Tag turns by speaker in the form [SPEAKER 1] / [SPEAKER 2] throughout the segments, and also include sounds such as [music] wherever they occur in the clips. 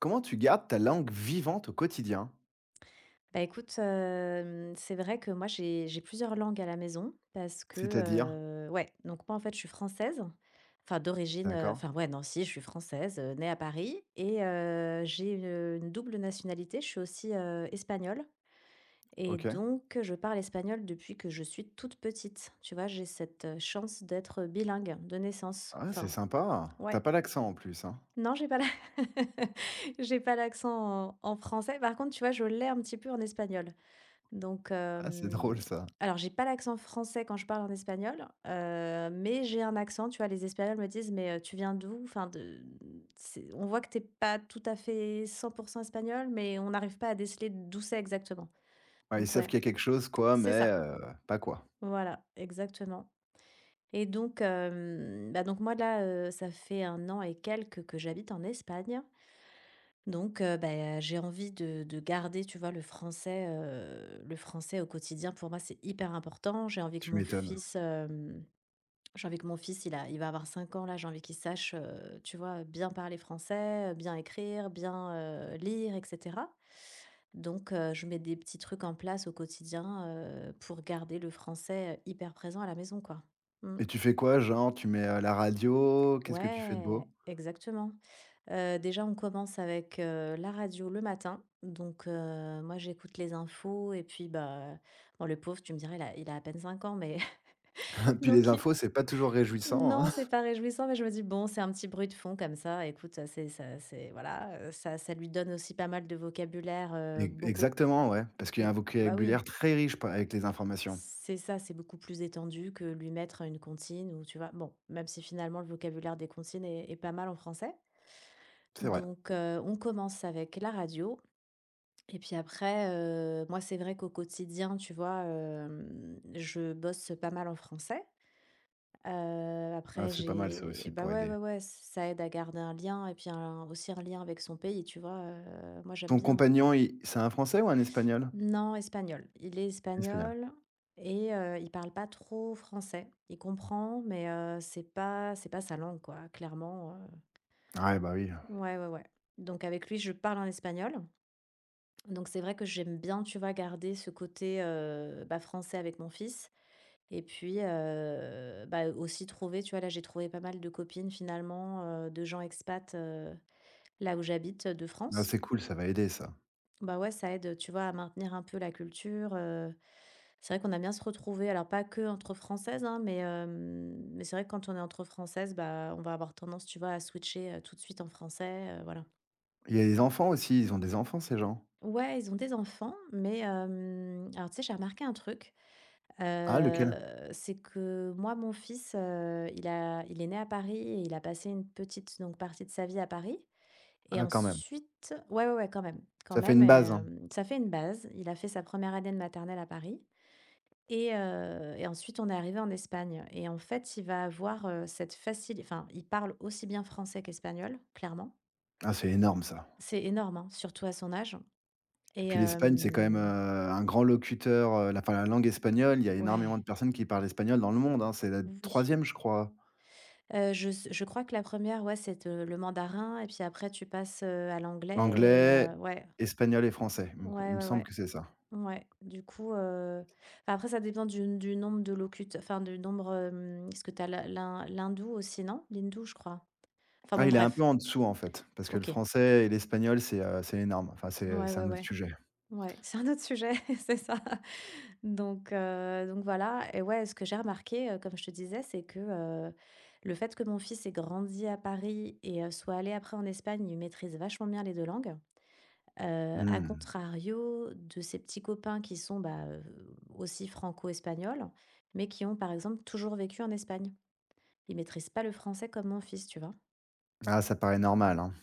[SPEAKER 1] Comment tu gardes ta langue vivante au quotidien?
[SPEAKER 2] Bah écoute, c'est vrai que moi j'ai plusieurs langues à la maison parce
[SPEAKER 1] C'est-à-dire?
[SPEAKER 2] que, ouais, donc moi en fait je suis française, enfin d'origine,
[SPEAKER 1] D'accord,
[SPEAKER 2] enfin ouais, non si, je suis française, née à Paris et j'ai une double nationalité. Je suis aussi, espagnole et
[SPEAKER 1] OK.
[SPEAKER 2] donc je parle espagnol depuis que je suis toute petite. Tu vois? J'ai cette, chance d'être bilingue de naissance.
[SPEAKER 1] Ah, c'est
[SPEAKER 2] Enfin,
[SPEAKER 1] sympa.
[SPEAKER 2] ouais.
[SPEAKER 1] T'as pas l'accent en plus, hein?
[SPEAKER 2] Non, j'ai pas la [laughs] j'ai pas l'accent en français. Par contre, tu vois, je l'ai un petit peu en espagnol. Donc,
[SPEAKER 1] Ah, c'est drôle ça.
[SPEAKER 2] alors j'ai pas l'accent français quand je parle en espagnol, mais j'ai un accent, tu vois? Les Espagnols me disent: «Mais, tu viens d'où?» enfin de c'est on voit que t'es pas tout à fait 100 espagnol, mais on n'arrive pas à déceler d'où c'est exactement.
[SPEAKER 1] Ouais, ils
[SPEAKER 2] Donc
[SPEAKER 1] savent
[SPEAKER 2] ouais,
[SPEAKER 1] qu'il y a quelque chose quoi,
[SPEAKER 2] c'est
[SPEAKER 1] mais
[SPEAKER 2] ça,
[SPEAKER 1] pas quoi.
[SPEAKER 2] voilà, exactement et donc, bah, donc moi là, ça fait un an et quelques que j'habite en Espagne. Donc, bah, j'ai envie de garder, tu vois, le français au quotidien. Pour moi, c'est hyper important.
[SPEAKER 1] Tu m'étonnes.
[SPEAKER 2] J'ai envie que mon fils, il va avoir 5 ans là, j'ai envie qu'il sache, tu vois, bien parler français, bien écrire, bien, lire et cetera. Donc, je mets des petits trucs en place au quotidien, pour garder le français hyper présent à la maison, quoi. Mmh.
[SPEAKER 1] Et tu fais quoi genre? Tu mets, la radio? Qu'est-ce que tu fais de
[SPEAKER 2] Ouais,
[SPEAKER 1] beau?
[SPEAKER 2] exactement. Déjà, on commence avec, la radio le matin. Donc, moi, j'écoute les infos et puis, bah, bon, le pauvre, tu me dirais, il a à peine 5 ans, mais [laughs]
[SPEAKER 1] [laughs] Puis les
[SPEAKER 2] donc il
[SPEAKER 1] infos, c'est pas toujours réjouissant,
[SPEAKER 2] non,
[SPEAKER 1] hein?
[SPEAKER 2] c'est
[SPEAKER 1] [laughs]
[SPEAKER 2] pas réjouissant, mais je me dis: «Bon, c'est un petit bruit de fond comme ça, écoute, ça, c'est voilà, ça lui donne aussi pas mal de vocabulaire,
[SPEAKER 1] E
[SPEAKER 2] beaucoup
[SPEAKER 1] Exactement, ouais, parce qu'il y a un
[SPEAKER 2] beau» bah, oui,
[SPEAKER 1] vocabulaire très riche pa avec les informations.
[SPEAKER 2] c'est ça, c'est beaucoup plus étendu que lui mettre une comptine ou tu vois? Bon, même si finalement le vocabulaire des comptines est pas mal en français.
[SPEAKER 1] C'est vrai.
[SPEAKER 2] Donc, on commence avec la radio et puis après, moi, c'est vrai qu'au quotidien, tu vois, je bosse pas mal en français.
[SPEAKER 1] Ah,
[SPEAKER 2] Après
[SPEAKER 1] c'est pas mal ça
[SPEAKER 2] j'ai
[SPEAKER 1] aussi
[SPEAKER 2] bah,
[SPEAKER 1] pour
[SPEAKER 2] ouais,
[SPEAKER 1] aider.
[SPEAKER 2] ouais, ouais, ça aide à garder un lien et puis un, aussi un lien avec son pays, tu vois? Moi, j'aime
[SPEAKER 1] Ton
[SPEAKER 2] bien.
[SPEAKER 1] compagnon, il c'est un Français ou un Espagnol?
[SPEAKER 2] Non, espagnol. Il est
[SPEAKER 1] Espagnol.
[SPEAKER 2] espagnol et il parle pas trop français. Il comprend, mais c'est pas sa langue, quoi, clairement.
[SPEAKER 1] Ouais, bah oui.
[SPEAKER 2] Ouais, ouais, ouais. Donc avec lui, je parle en espagnol. Donc c'est vrai que j'aime bien, tu vois, garder ce côté, bah, français avec mon fils et puis, bah, aussi trouver, tu vois, là, j'ai trouvé pas mal de copines finalement, de gens expats, là où j'habite, de
[SPEAKER 1] Ah,
[SPEAKER 2] France.
[SPEAKER 1] c'est cool, ça va aider ça.
[SPEAKER 2] Bah, ouais, ça aide, tu vois, à maintenir un peu la culture. C'est vrai qu'on aime bien se retrouver, alors pas que entre françaises, hein, mais c'est vrai que quand on est entre françaises, bah, on va avoir tendance, tu vois, à switcher, tout de suite en français, voilà.
[SPEAKER 1] Il y a des enfants aussi, ils ont des enfants ces gens?
[SPEAKER 2] Ouais, ils ont des enfants, mais, alors tu sais, j'ai remarqué un truc.
[SPEAKER 1] Ah lequel?
[SPEAKER 2] C'est que moi, mon fils, il est né à Paris et il a passé une petite donc partie de sa vie à Paris et
[SPEAKER 1] Ah quand même.
[SPEAKER 2] ensuite ouais, ouais, ouais, quand
[SPEAKER 1] Ça fait
[SPEAKER 2] même,
[SPEAKER 1] une base, hein.
[SPEAKER 2] ça fait une base. Il a fait sa première année de maternelle à Paris et ensuite on est arrivé en Espagne et en fait, il va avoir, cette facili enfin, il parle aussi bien français qu'espagnol, clairement.
[SPEAKER 1] Ah c'est énorme ça.
[SPEAKER 2] C'est énorme, hein, surtout à son âge et
[SPEAKER 1] Puis l'Espagne, c'est quand même,
[SPEAKER 2] hem
[SPEAKER 1] un grand locuteur, la enfin la langue espagnole, il y a énormément
[SPEAKER 2] ouais,
[SPEAKER 1] de personnes qui parlent espagnol dans le monde, hein. C'est la
[SPEAKER 2] oui.
[SPEAKER 1] troisième, je crois.
[SPEAKER 2] Je s je crois que la première ouais, c'est de le mandarin et puis après tu passes, à l'anglais et
[SPEAKER 1] Anglais,
[SPEAKER 2] ouais.
[SPEAKER 1] espagnol et français. Il me q
[SPEAKER 2] Ouais,
[SPEAKER 1] il me
[SPEAKER 2] ouais,
[SPEAKER 1] semble
[SPEAKER 2] ouais.
[SPEAKER 1] que c'est ça.
[SPEAKER 2] Ouais. Du coup, enfin après ça dépend du nombre de locuteurs enfin du nombre, parce que t'as as l'hindou aussi, non? L'hindou, je crois? Enfin
[SPEAKER 1] Ah
[SPEAKER 2] bon
[SPEAKER 1] il est un peu
[SPEAKER 2] bref.
[SPEAKER 1] en dessous en fait, parce que le
[SPEAKER 2] OK.
[SPEAKER 1] français et l'espagnol c'est énorme. Enfin c'est
[SPEAKER 2] Ouais,
[SPEAKER 1] c'est
[SPEAKER 2] ouais,
[SPEAKER 1] un autre
[SPEAKER 2] ouais.
[SPEAKER 1] sujet.
[SPEAKER 2] Ouais, c'est un autre sujet, [laughs] c'est ça. Donc voilà et ouais, ce que j'ai remarqué, comme je te disais, c'est que, heu, le fait que mon fils ait grandi à Paris et soit allé après en Espagne, il maîtrise vachement bien les 2 langues. À
[SPEAKER 1] Mmh.
[SPEAKER 2] contrario de ses petits copains qui sont, bah, aussi franco-espagnols, mais qui ont, par exemple, toujours vécu en Espagne. Ils maîtrisent pas le français comme mon fils, tu vois?
[SPEAKER 1] Ah, ça paraît normal, hein.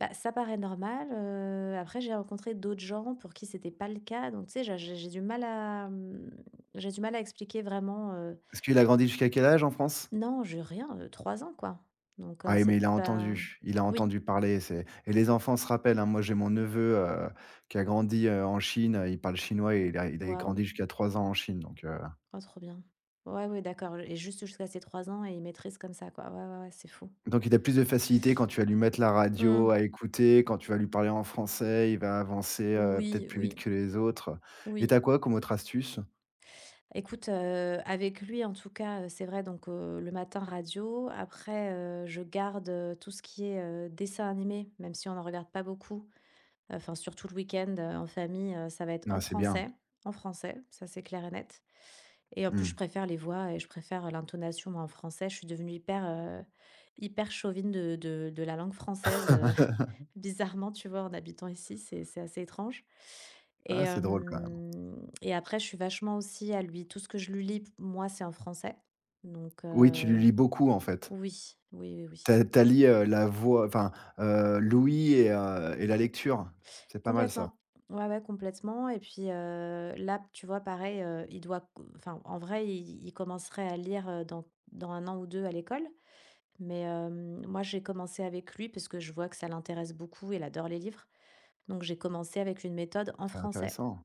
[SPEAKER 2] Bah, ça paraît normal, après j'ai rencontré d'autres gens pour qui c'était pas le cas, donc tu sais, j'ai du mal à, mmh, j'ai du mal à expliquer vraiment.
[SPEAKER 1] Parce qu'il a grandi jusqu'à quel âge en France?
[SPEAKER 2] Non, j'ai rien, 3 ans, quoi, donc
[SPEAKER 1] Ah oui, mais
[SPEAKER 2] c'est
[SPEAKER 1] il a
[SPEAKER 2] pas
[SPEAKER 1] entendu, il a
[SPEAKER 2] oui,
[SPEAKER 1] entendu parler, c'est et les enfants se rappellent, hein. Moi, j'ai mon neveu, qui a grandi, en Chine, il parle chinois et il a
[SPEAKER 2] waouh,
[SPEAKER 1] grandi jusqu'à 3 ans en Chine, donc heu,
[SPEAKER 2] oh trop bien. Ouais, ouais, d'accord et juste jusqu'à ces 3 ans et ils maîtrisent comme ça, quoi. Ouais, ouais, ouais, c'est fou.
[SPEAKER 1] donc il a plus de facilité quand tu vas lui mettre la radio à
[SPEAKER 2] Mmh.
[SPEAKER 1] écouter, quand tu vas lui parler en français, il va avancer, peut-être
[SPEAKER 2] Oui,
[SPEAKER 1] plus vite
[SPEAKER 2] oui,
[SPEAKER 1] que les autres, et
[SPEAKER 2] oui.
[SPEAKER 1] t'as quoi comme autre astuce?
[SPEAKER 2] Écoute, avec lui en tout cas, c'est vrai donc le matin radio, après, je garde, tout ce qui est, dessin animé, même si on en regarde pas beaucoup, enfin surtout le week-end, en famille, ça va être
[SPEAKER 1] Ah, c'est bien.
[SPEAKER 2] en français, ça c'est clair et net et en plus
[SPEAKER 1] Mmh.
[SPEAKER 2] je préfère les voix et je préfère l'intonation moi en français. Je suis devenue hyper chauvine de la langue française,
[SPEAKER 1] [laughs]
[SPEAKER 2] bizarrement, tu vois, en habitant ici, c'est assez étrange et
[SPEAKER 1] Ah, c'est drôle quand même.
[SPEAKER 2] hem et après, je suis vachement aussi à lui tout ce que je lui lis, p moi, c'est en français donc
[SPEAKER 1] Oui, tu lui lis beaucoup, en fait?
[SPEAKER 2] oui, oui, oui,
[SPEAKER 1] Tu
[SPEAKER 2] oui.
[SPEAKER 1] a tu La voix enfin, l'ouïe et la lecture. C'est pas mal ça,
[SPEAKER 2] Complètement. Ouais, ouais, complètement et puis, là, tu vois, pareil, il doit enfin, en vrai, il commencerait à lire, dans un an ou 2 à l'école mais moi, j'ai commencé avec lui parce que je vois que ça l'intéresse beaucoup, il adore les livres donc j'ai commencé avec une méthode en
[SPEAKER 1] c'est
[SPEAKER 2] français.
[SPEAKER 1] intéressant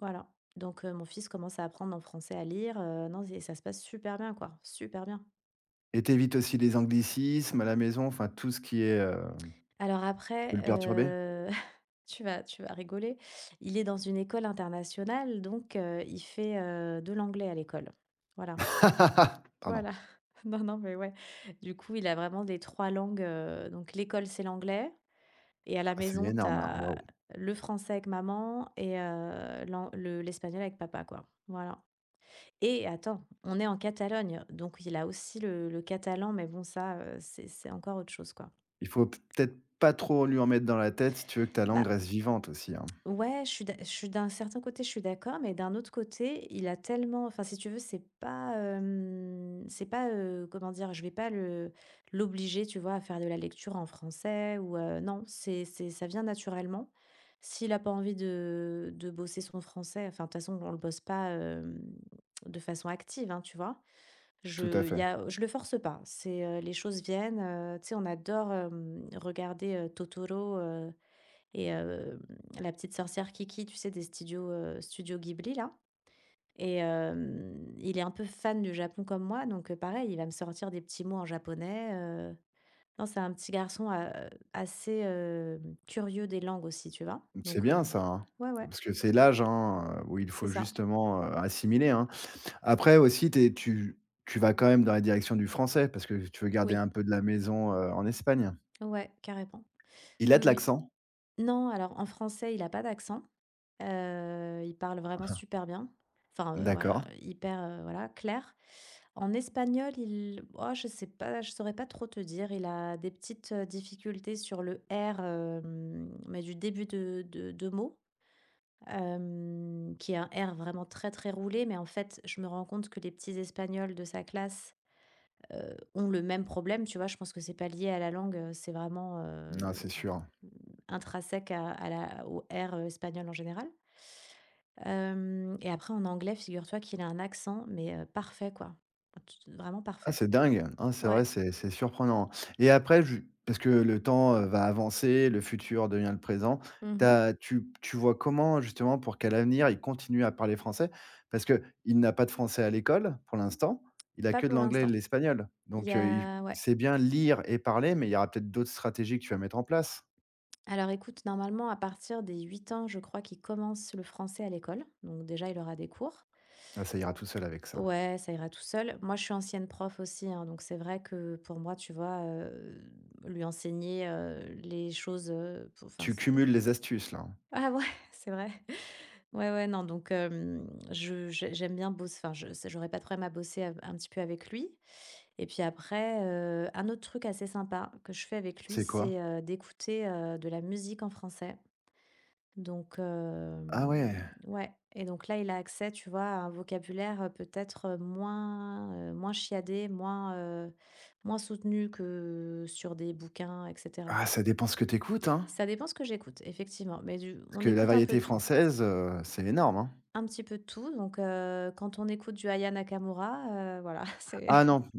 [SPEAKER 2] Voilà. Donc mon fils commence à apprendre en français à lire, non, c'est ça se passe super bien quoi, super bien.
[SPEAKER 1] et tu aussi les anglicismes à la maison, enfin tout ce qui est,
[SPEAKER 2] Alors
[SPEAKER 1] qui peut
[SPEAKER 2] après,
[SPEAKER 1] le perturber?
[SPEAKER 2] [laughs] tu vas rigoler, il est dans une école internationale donc il fait, de l'anglais à l'école. Voilà,
[SPEAKER 1] [laughs] Pardon.
[SPEAKER 2] voilà. [laughs] Non, non, mais ouais. Du coup, il a vraiment les 3 langues, donc l'école, c'est l'anglais et à la
[SPEAKER 1] Ah c'est
[SPEAKER 2] maison,
[SPEAKER 1] énorme là,
[SPEAKER 2] t'as
[SPEAKER 1] waouh.
[SPEAKER 2] le français avec maman et l'espagnol avec papa quoi. Voilà. Et attends, on est en Catalogne, donc il a aussi le catalan, mais bon, ça, c'est encore autre chose, quoi.
[SPEAKER 1] Il faut peut-être pas trop lui en mettre dans la tête si tu veux que ta langue
[SPEAKER 2] Bah
[SPEAKER 1] reste vivante aussi, hein.
[SPEAKER 2] ouais, je suis d'un certain côté, je suis d'accord, mais d'un autre côté, il a tellement, enfin, si tu veux, c'est pas, comment dire, je vais pas le l'obliger, tu vois, à faire de la lecture en français ou non, ça vient naturellement. S'il a pas envie de bosser son français, enfin, de toute façon, on le bosse pas de façon active, hein, tu vois.
[SPEAKER 1] Tout à
[SPEAKER 2] Je il
[SPEAKER 1] fait.
[SPEAKER 2] y a Je le force pas. C'est, les choses viennent, tu sais, on adore, regarder, Totoro, et La Petite Sorcière Kiki, tu sais, studios Ghibli là et il est un peu fan du Japon comme moi donc pareil, il va me sortir des petits mots en japonais, heu. Non, c'est un petit garçon a assez, curieux des langues aussi, tu vois?
[SPEAKER 1] C'est
[SPEAKER 2] Donc
[SPEAKER 1] bien ça, hein,
[SPEAKER 2] ouais, ouais,
[SPEAKER 1] parce que c'est l'âge, hein, où il
[SPEAKER 2] c'est
[SPEAKER 1] faut
[SPEAKER 2] ça.
[SPEAKER 1] justement, assimiler, hein. Après aussi, tu vas quand même dans la direction du français parce que tu veux garder
[SPEAKER 2] Oui,
[SPEAKER 1] un peu de la maison, en Espagne.
[SPEAKER 2] ouais, carrément.
[SPEAKER 1] Il a
[SPEAKER 2] Oui,
[SPEAKER 1] de
[SPEAKER 2] oui.
[SPEAKER 1] l'accent?
[SPEAKER 2] Non, alors en français, il a pas d'accent. Il parle vraiment
[SPEAKER 1] Ah,
[SPEAKER 2] super bien. Enfin, voilà,
[SPEAKER 1] d'accord.
[SPEAKER 2] hyper, voilà, clair. En espagnol, il oh, je sais pas, je saurais pas trop te dire. Il a des petites, difficultés sur le R, mais du début de mot, qui est un R vraiment très, très roulé. Mais en fait, je me rends compte que les petits espagnols de sa classe ont le même problème, tu vois? Je pense que c'est pas lié à la langue, c'est vraiment,
[SPEAKER 1] Non, c'est sûr.
[SPEAKER 2] mmh, intrinsèque à la au R, espagnol en général. Hem Et après en anglais, figure-toi qu'il a un accent, mais parfait quoi. T Vraiment
[SPEAKER 1] Ah,
[SPEAKER 2] parfait.
[SPEAKER 1] c'est dingue. Hein, c'est vrai,
[SPEAKER 2] Ouais.
[SPEAKER 1] c'est surprenant et après ju parce que le temps, va avancer, le futur devient le présent.
[SPEAKER 2] Mmh.
[SPEAKER 1] T'as, tu tu vois comment justement pour qu'à l'avenir, il continue à parler français? Parce que il n'a pas de français à l'école pour l'instant, il a
[SPEAKER 2] Pas
[SPEAKER 1] que de
[SPEAKER 2] pour
[SPEAKER 1] l'anglais et de
[SPEAKER 2] l'instant.
[SPEAKER 1] l'espagnol
[SPEAKER 2] Il y
[SPEAKER 1] donc il
[SPEAKER 2] a ouais.
[SPEAKER 1] sait bien lire et parler, mais il y aura peut-être d'autres stratégies que tu vas mettre en place.
[SPEAKER 2] Alors écoute, normalement à partir des 8 ans, je crois qu'il commence le français à l'école, donc déjà il aura des cours.
[SPEAKER 1] Ah, ça ira tout seul avec ça.
[SPEAKER 2] Ouais, ça ira tout seul. Moi, je suis ancienne prof aussi, hein, donc c'est vrai que pour moi, tu vois, lui enseigner les choses, enfin,
[SPEAKER 1] Tu
[SPEAKER 2] c'est...
[SPEAKER 1] cumules les astuces là, hein.
[SPEAKER 2] Ah ouais, [laughs] c'est vrai. Ouais, ouais, non, donc j'aime bien bosser, enfin, j'aurais pas de problème à bosser un petit peu avec lui. Et puis après, un autre truc assez sympa que je fais avec lui,
[SPEAKER 1] C'est quoi?
[SPEAKER 2] c'est d'écouter de la musique en français. Donc,
[SPEAKER 1] Ah ouais.
[SPEAKER 2] ouais et donc là, il a accès, tu vois, à un vocabulaire, peut-être, moins chiadé, moins soutenu que sur des bouquins et cetera.
[SPEAKER 1] Ah, ça dépend ce que tu écoutes, hein,
[SPEAKER 2] Ça dépend ce que j'écoute, effectivement, mais du
[SPEAKER 1] parce
[SPEAKER 2] on
[SPEAKER 1] que la
[SPEAKER 2] écoute un peu
[SPEAKER 1] variété
[SPEAKER 2] tout,
[SPEAKER 1] française, c'est énorme, hein.
[SPEAKER 2] un petit peu de tout, donc, quand on écoute du Aya Nakamura, voilà, [laughs] c'est
[SPEAKER 1] Ah non.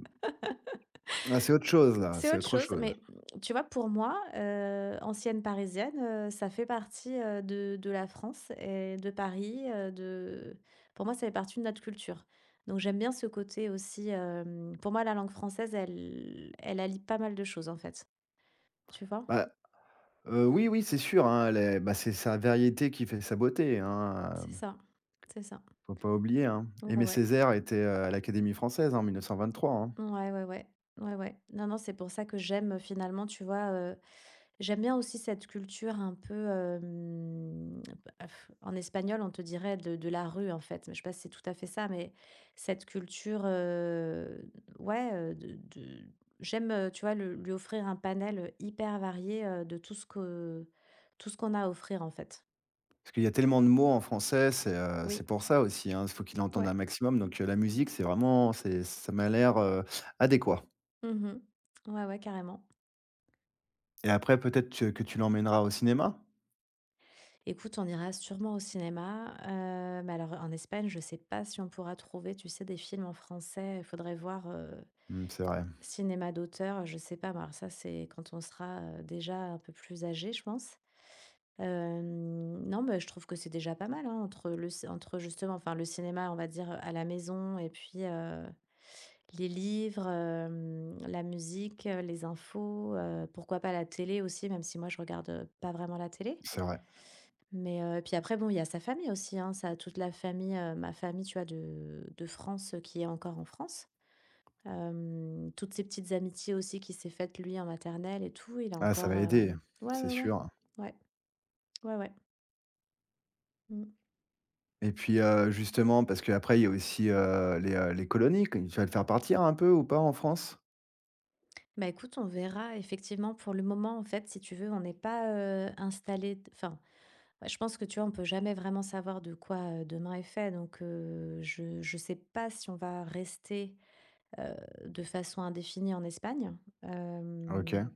[SPEAKER 1] Ah, c'est autre chose là,
[SPEAKER 2] C'est
[SPEAKER 1] c'est
[SPEAKER 2] autre
[SPEAKER 1] autre
[SPEAKER 2] chose,
[SPEAKER 1] chose.
[SPEAKER 2] mais mmh, tu vois, pour moi, ancienne parisienne, ça fait partie, de la France et de Paris, de pour moi, ça fait partie de notre culture. Donc j'aime bien ce côté aussi, pour moi, la langue française, elle allie pas mal de choses, en fait. Tu vois?
[SPEAKER 1] Bah, oui, oui, c'est sûr, hein, les bah, c'est sa variété qui fait sa beauté, hein,
[SPEAKER 2] C'est ça, c'est ça.
[SPEAKER 1] faut pas oublier, hein.
[SPEAKER 2] Ouais,
[SPEAKER 1] Aimé
[SPEAKER 2] ouais.
[SPEAKER 1] Césaire était, à l'Académie française en 1923, hein.
[SPEAKER 2] Ouais, ouais, ouais. Ouais, ouais. Non, non, c'est pour ça que j'aime, finalement, tu vois. J'aime bien aussi cette culture un peu, bah, en espagnol, on te dirait de la rue, en fait, mais je sais pas si c'est tout à fait ça, mais cette culture, ouais, de j'aime, tu vois, le lui offrir un panel, hyper varié, de tout ce qu'on a à offrir, en fait.
[SPEAKER 1] Parce qu'il y a tellement de mots en français, c'est
[SPEAKER 2] Oui,
[SPEAKER 1] pour ça aussi, hein. Il faut qu'il entende
[SPEAKER 2] ouais.
[SPEAKER 1] un maximum, donc la musique, c'est ça m'a l'air, adéquat
[SPEAKER 2] Mmh. Ouais, ouais, carrément.
[SPEAKER 1] et après peut-être tu que tu l'emmèneras au cinéma?
[SPEAKER 2] Écoute, on ira sûrement au cinéma, mais alors en Espagne, je sais pas si on pourra trouver, tu sais, des films en français. Il faudrait voir.
[SPEAKER 1] Mmh, c'est vrai,
[SPEAKER 2] Cinéma d'auteur, je sais pas, mais alors ça, c'est quand on sera, déjà un peu plus âgé, je pense. Non, mais je trouve que c'est déjà pas mal, hein, entre le c entre justement, enfin, le cinéma, on va dire, à la maison et puis, les livres, la musique, les infos, pourquoi pas la télé aussi, même si moi je regarde, pas vraiment la télé.
[SPEAKER 1] c'est vrai.
[SPEAKER 2] Mais, puis après bon, il y a sa famille aussi, hein, ça toute la famille, ma famille, tu vois, de France, qui est encore en France. Toutes ces petites amitiés aussi qui s'est faites lui en maternelle et tout, il a
[SPEAKER 1] Ah, ça
[SPEAKER 2] encore,
[SPEAKER 1] va aider,
[SPEAKER 2] ouais,
[SPEAKER 1] c'est
[SPEAKER 2] ouais, ouais.
[SPEAKER 1] sûr
[SPEAKER 2] Ouais, ouais, ouais. Mmh.
[SPEAKER 1] et puis, justement, parce qu'après il y a aussi, les colonies, que tu vas le faire partir un peu ou pas en France?
[SPEAKER 2] Bah, écoute, on verra effectivement pour le moment, en fait, si tu veux, on n'est pas, installés d enfin, ouais, je pense que, tu vois, on peut jamais vraiment savoir de quoi, demain est fait donc je sais pas si on va rester, heu, de façon indéfinie en Espagne. Hem,
[SPEAKER 1] OK.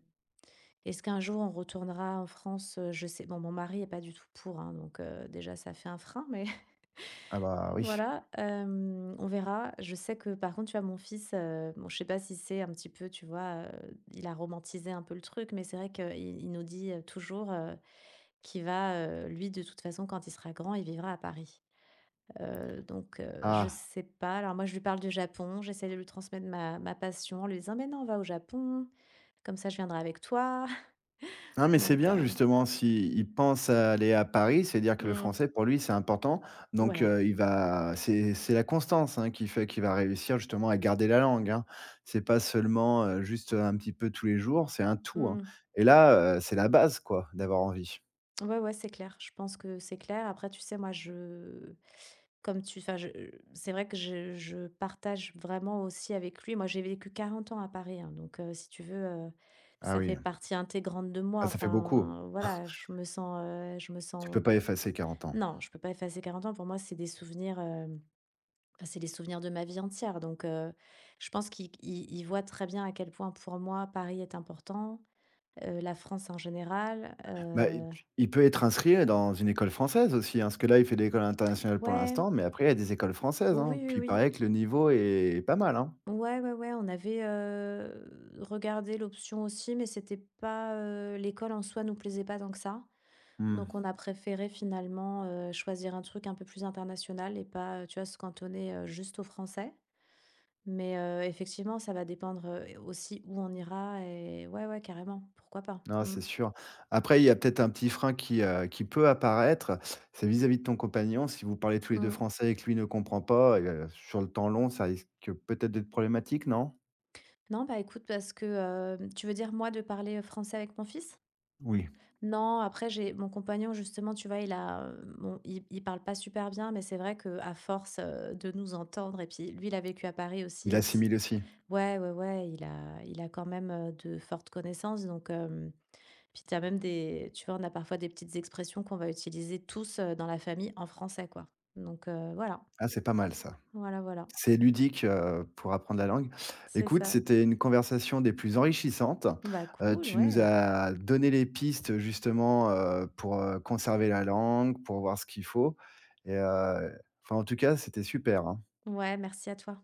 [SPEAKER 2] Est-ce qu'un jour on retournera en France? Je sais bon, mon mari est pas du tout pour, hein, donc déjà ça fait un frein mais.
[SPEAKER 1] Ah bah, oui.
[SPEAKER 2] Voilà, on verra. Je sais que par contre, tu vois, mon fils, bon, je sais pas si c'est un petit peu, tu vois, il a romantisé un peu le truc, mais c'est vrai qu'il nous dit, toujours, qu'il va, lui, de toute façon, quand il sera grand, il vivra à Paris. Donc je
[SPEAKER 1] Ah!
[SPEAKER 2] sais pas. Alors moi, je lui parle du Japon, j'essaie de lui transmettre ma passion en lui disant: «Mais non, on va au Japon, comme ça je viendrai avec toi».
[SPEAKER 1] Non,
[SPEAKER 2] [laughs]
[SPEAKER 1] mais c'est
[SPEAKER 2] Donc
[SPEAKER 1] bien justement s'il pense à aller à Paris, c'est-à-dire que le
[SPEAKER 2] mmh,
[SPEAKER 1] français pour lui, c'est important. Donc,
[SPEAKER 2] ouais,
[SPEAKER 1] il va c'est la constance, hein, qui fait qu'il va réussir justement à garder la langue, hein. C'est pas seulement, juste, un petit peu tous les jours, c'est un tout, hein.
[SPEAKER 2] mmh,
[SPEAKER 1] Et là, c'est la base quoi, d'avoir envie.
[SPEAKER 2] ouais, ouais, c'est clair. Je pense que c'est clair. Après, tu sais, moi, je Comme tu enfin, je c'est vrai que je partage vraiment aussi avec lui. Moi, j'ai vécu 40 ans à Paris, hein, donc si tu veux,
[SPEAKER 1] Ah
[SPEAKER 2] ça fait
[SPEAKER 1] oui,
[SPEAKER 2] partie intégrante de moi.
[SPEAKER 1] ah ça fait beaucoup.
[SPEAKER 2] Enfin, voilà, je me sens, heu, je me
[SPEAKER 1] Tu peux
[SPEAKER 2] sens
[SPEAKER 1] pas effacer 40 ans.
[SPEAKER 2] non, je peux pas effacer 40 ans. Pour moi, c'est des souvenirs, enfin, c'est les souvenirs de ma vie entière, donc je pense qu'il voit très bien à quel point, pour moi, Paris est important, la France en général,
[SPEAKER 1] Bah, il il peut être inscrit dans une école française aussi, hein, parce que là, il fait de l'école internationale pour
[SPEAKER 2] ouais,
[SPEAKER 1] l'instant, mais après, il y a des écoles françaises,
[SPEAKER 2] oui,
[SPEAKER 1] hein.
[SPEAKER 2] oui,
[SPEAKER 1] Puis il
[SPEAKER 2] oui.
[SPEAKER 1] paraît que le niveau est pas mal, hein.
[SPEAKER 2] Ouais, ouais, ouais, on avait, regardé l'option aussi, mais c'était pas, l'école en soi nous plaisait pas tant que ça.
[SPEAKER 1] Mmh.
[SPEAKER 2] Donc on a préféré finalement, choisir un truc un peu plus international et pas, tu vois, se cantonner, juste aux français. Mais, effectivement, ça va dépendre, aussi où on ira et ouais, ouais, carrément, pourquoi pas.
[SPEAKER 1] Non,
[SPEAKER 2] Mmh.
[SPEAKER 1] c'est sûr. Après, il y a peut-être un petit frein qui peut apparaître, c'est vis-à-vis de ton compagnon. Si vous parlez tous les 2
[SPEAKER 2] Mmh.
[SPEAKER 1] français et que lui ne comprend pas, sur le temps long, ça risque peut-être d'être problématique, non?
[SPEAKER 2] Non, bah, écoute, parce que, tu veux dire moi de parler français avec mon fils?
[SPEAKER 1] Oui,
[SPEAKER 2] Non, après j'ai mon compagnon justement, tu vois, il a, bon, il parle pas super bien, mais c'est vrai que à force, de nous entendre et puis lui, il a vécu à Paris aussi
[SPEAKER 1] il
[SPEAKER 2] assez,
[SPEAKER 1] assimile aussi.
[SPEAKER 2] ouais, ouais, ouais, il a quand même, de fortes connaissances donc puis t'as même des tu vois, on a parfois des petites expressions qu'on va utiliser tous, dans la famille en français, quoi. Donc voilà,
[SPEAKER 1] Ah, c'est pas mal ça.
[SPEAKER 2] voilà, voilà,
[SPEAKER 1] C'est ludique, pour apprendre la langue.
[SPEAKER 2] c'est
[SPEAKER 1] Écoute,
[SPEAKER 2] ça.
[SPEAKER 1] c'était une conversation des plus enrichissantes.
[SPEAKER 2] Bah, cool,
[SPEAKER 1] Tu nous
[SPEAKER 2] ouais.
[SPEAKER 1] as donné les pistes justement, pour, conserver la langue, pour voir ce qu'il faut et enfin en tout cas, c'était super, hein.
[SPEAKER 2] Ouais, merci à toi.